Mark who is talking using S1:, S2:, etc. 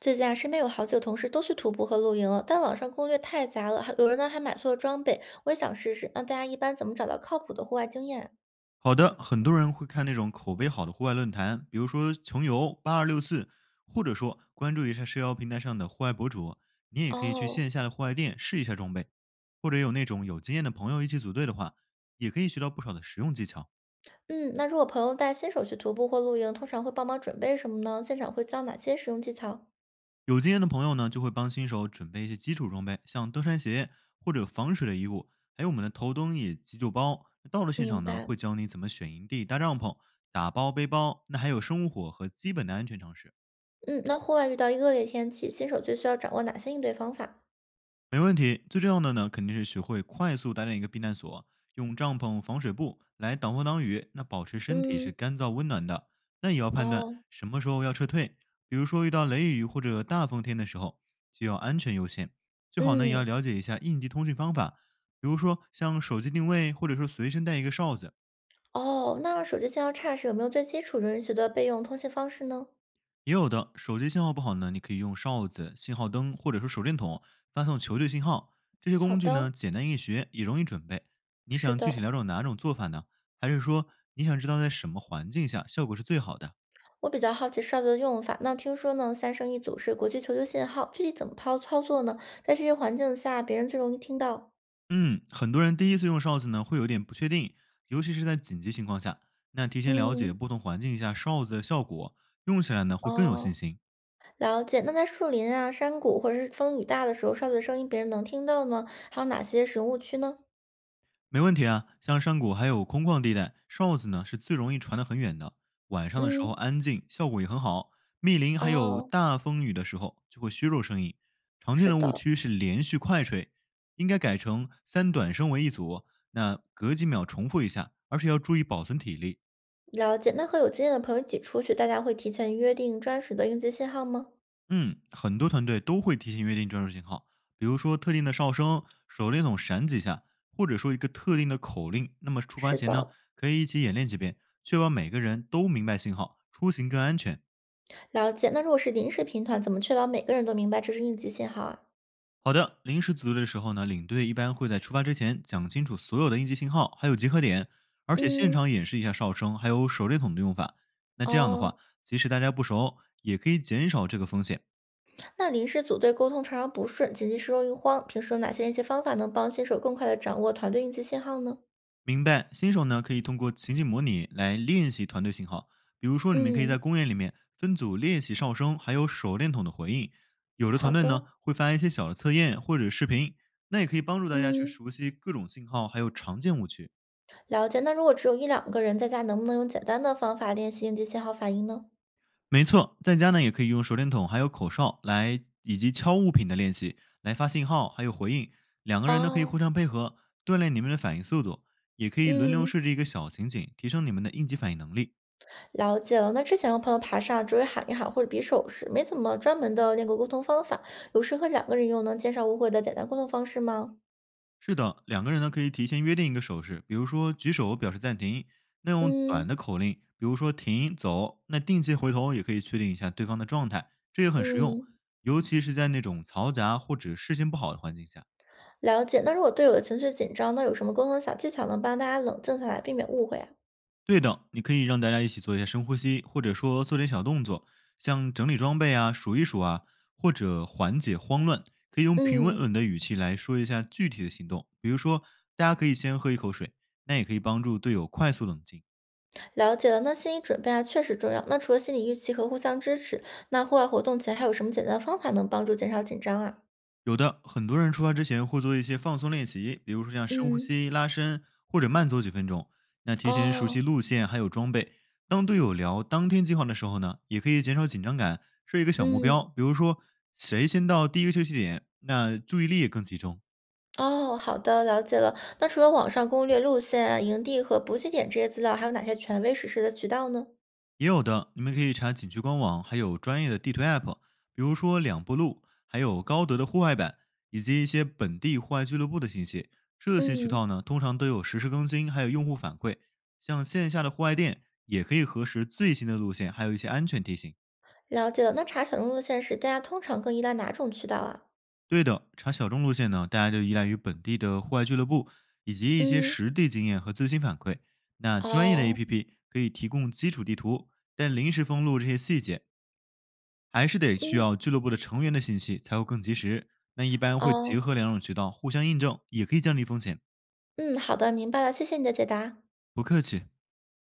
S1: 最近啊，身边有好几个同事都去徒步和露营了，但网上攻略太杂了，还有人呢还买错了装备。我也想试试，那大家一般怎么找到靠谱的户外经验？
S2: 好的，很多人会看那种口碑好的户外论坛，比如说穷游、八二六四，或者说关注一下社交平台上的户外博主。你也可以去
S1: 哦。
S2: 线下的户外店试一下装备，或者有那种有经验的朋友一起组队的话，也可以学到不少的实用技巧。
S1: 嗯，那如果朋友带新手去徒步或露营，通常会帮忙准备什么呢？现场会教哪些实用技巧？
S2: 有经验的朋友呢，就会帮新手准备一些基础装备，像登山鞋或者防水的衣物，还有我们的头灯以及急救包。那到了现
S1: 明
S2: 场呢，
S1: 白。
S2: 会教你怎么选营地、搭帐篷、打包背包，那还有生火和基本的安全常识。
S1: 嗯，那户外遇到恶劣天气，新手最需要掌握哪些应对方法？
S2: 没问题。最重要的呢，肯定是学会快速搭建一个避难所，用帐篷、防水布来挡风挡雨，那保持身体是
S1: 嗯。
S2: 干燥温暖的。那也要判断
S1: 哦。
S2: 什么时候要撤退，比如说遇到雷雨或者大风天的时候，就要安全优先。最好呢，也要
S1: 嗯。
S2: 了解一下应急通讯方法，比如说像手机定位，或者说随身带一个哨子，
S1: 哦，那手机信号差时有没有最基础、容人学的备用通信方式呢？
S2: 也有的，手机信号不好呢，你可以用哨子、信号灯或者说手电筒发送求救信号。这些
S1: 好
S2: 工具
S1: 的。
S2: 呢，简单易学，也容易准备。你
S1: 是
S2: 想具体
S1: 的。
S2: 了解哪种做法呢？还是说你想知道在什么环境下效果是最好的？
S1: 我比较好奇哨子的用法，那听说呢，三声一组是国际求救信号，具体怎么抛操作呢？在这些环境下，别人最容易听到。
S2: 嗯，很多人第一次用哨子呢，会有点不确定，尤其是在紧急情况下。那提前了解
S1: 嗯。
S2: 不同环境下哨子的效果，用起来呢会更有信
S1: 哦，
S2: 心。
S1: 了解。那在树林啊、山谷或者是风雨大的时候，哨子的声音别人能听到吗？还有哪些使用误区呢？
S2: 没问题啊，像山谷还有空旷地带，哨子呢是最容易传得很远的。晚上的时候
S1: 嗯。
S2: 安静，效果也很好。密林还有
S1: 哦。
S2: 大风雨的时候就会削弱声音。常见
S1: 是
S2: 的误
S1: 的。
S2: 区是连续快吹，应该改成三短声为一组，那隔几秒重复一下，而且要注意保存体力。
S1: 了解。那和有经验的朋友一起出去，大家会提前约定专属的应急信号吗？
S2: 嗯，很多团队都会提前约定专属信号，比如说特定的哨声、手电筒闪几下，或者说一个特定的口令。那么出发
S1: 是
S2: 前呢，
S1: 的。
S2: 可以一起演练几遍，确保每个人都明白信号，出行更安全。
S1: 了解。那如果是临时频团，怎么确保每个人都明白这是应急信号啊？
S2: 好的，临时组队的时候呢，领队一般会在出发之前讲清楚所有的应急信号，还有集合点，而且现
S1: 嗯。
S2: 场演示一下哨声，还有手电筒的用法。那这样的
S1: 哦。
S2: 话，即使大家不熟，也可以减少这个风险。
S1: 那临时组队沟通常常不顺，紧急时容易慌，平时有哪些练习方法能帮新手更快的掌握团队应急信号呢？
S2: 明白，新手呢可以通过情景模拟来练习团队信号，比如说你们可以在
S1: 嗯。
S2: 公园里面分组练习哨声，还有手电筒的回应。有的
S1: 好
S2: 团队
S1: 的。
S2: 呢会发一些小的测验或者视频，那也可以帮助大家去
S1: 嗯。
S2: 熟悉各种信号还有常见误区。
S1: 了解。那如果只有一两个人在家，能不能用简单的方法练习应急信号反应呢？
S2: 没错，在家呢也可以用手电筒还有口哨来以及敲物品的练习来发信号还有回应，两个人呢可以
S1: 哦。
S2: 互相配合，锻炼你们的反应速度，也可以轮流
S1: 嗯，
S2: 设置一个小情景，提升你们的应急反应能力。
S1: 了解了。那之前有朋友爬上只会喊一喊或者比手势，没怎么专门的练过沟通方法，有适合两个人用能减少误会的简单沟通方式吗？
S2: 是的，两个人呢可以提前约定一个手势，比如说举手表示暂停，那用
S1: 嗯
S2: 短的口令，比如说停、走，那定期回头也可以确定一下对方的状态，这也很实用，
S1: 嗯。
S2: 尤其是在那种嘈杂或者视线不好的环境下。
S1: 了解。那如果队友的情绪紧张，那有什么沟通小技巧能帮大家冷静下来，避免误会啊？
S2: 对的，你可以让大家一起做一下深呼吸，或者说做点小动作，像整理装备啊、数一数啊，或者缓解慌乱，可以用平稳
S1: 嗯，
S2: 稳的语气来说一下具体的行动，比如说大家可以先喝一口水，那也可以帮助队友快速冷静。
S1: 了解了。那心理准备啊，确实重要。那除了心理预期和互相支持，那户外活动前还有什么简单的方法能帮助减少紧张啊？
S2: 有的，很多人出发之前会做一些放松练习，比如说像深呼
S1: 嗯。
S2: 吸、拉伸或者慢走几分钟。那提前熟
S1: 哦。
S2: 悉路线还有装备，当队友聊当天计划的时候呢，也可以减少紧张感，设一个小目标，
S1: 嗯。
S2: 比如说谁先到第一个休息点，那注意力也更集中。
S1: 哦，好的，了解了。那除了网上攻略、路线啊、营地和补给点这些资料，还有哪些权威实施的渠道呢？
S2: 也有的，你们可以查景区官网，还有专业的地图 App，比如说两步路，还有高德的户外版，以及一些本地户外俱乐部的信息。这些渠
S1: 嗯，
S2: 道呢，通常都有实时更新，还有用户反馈。像线下的户外店，也可以核实最新的路线，还有一些安全提醒。
S1: 了解了。那查小众路线时，大家通常更依赖哪种渠道啊？
S2: 对的，查小众路线呢，大家就依赖于本地的户外俱乐部，以及一些
S1: 嗯。
S2: 实地经验和最新反馈。那专业的
S1: 哦。
S2: APP 可以提供基础地图，但临时封路这些细节还是得需
S1: 嗯。
S2: 要俱乐部的成员的信息才会更及时。那一般会结
S1: 哦。
S2: 合两种渠道互相印证，也可以降低风险。
S1: 嗯，好的，明白了，谢谢你的解答。
S2: 不客气。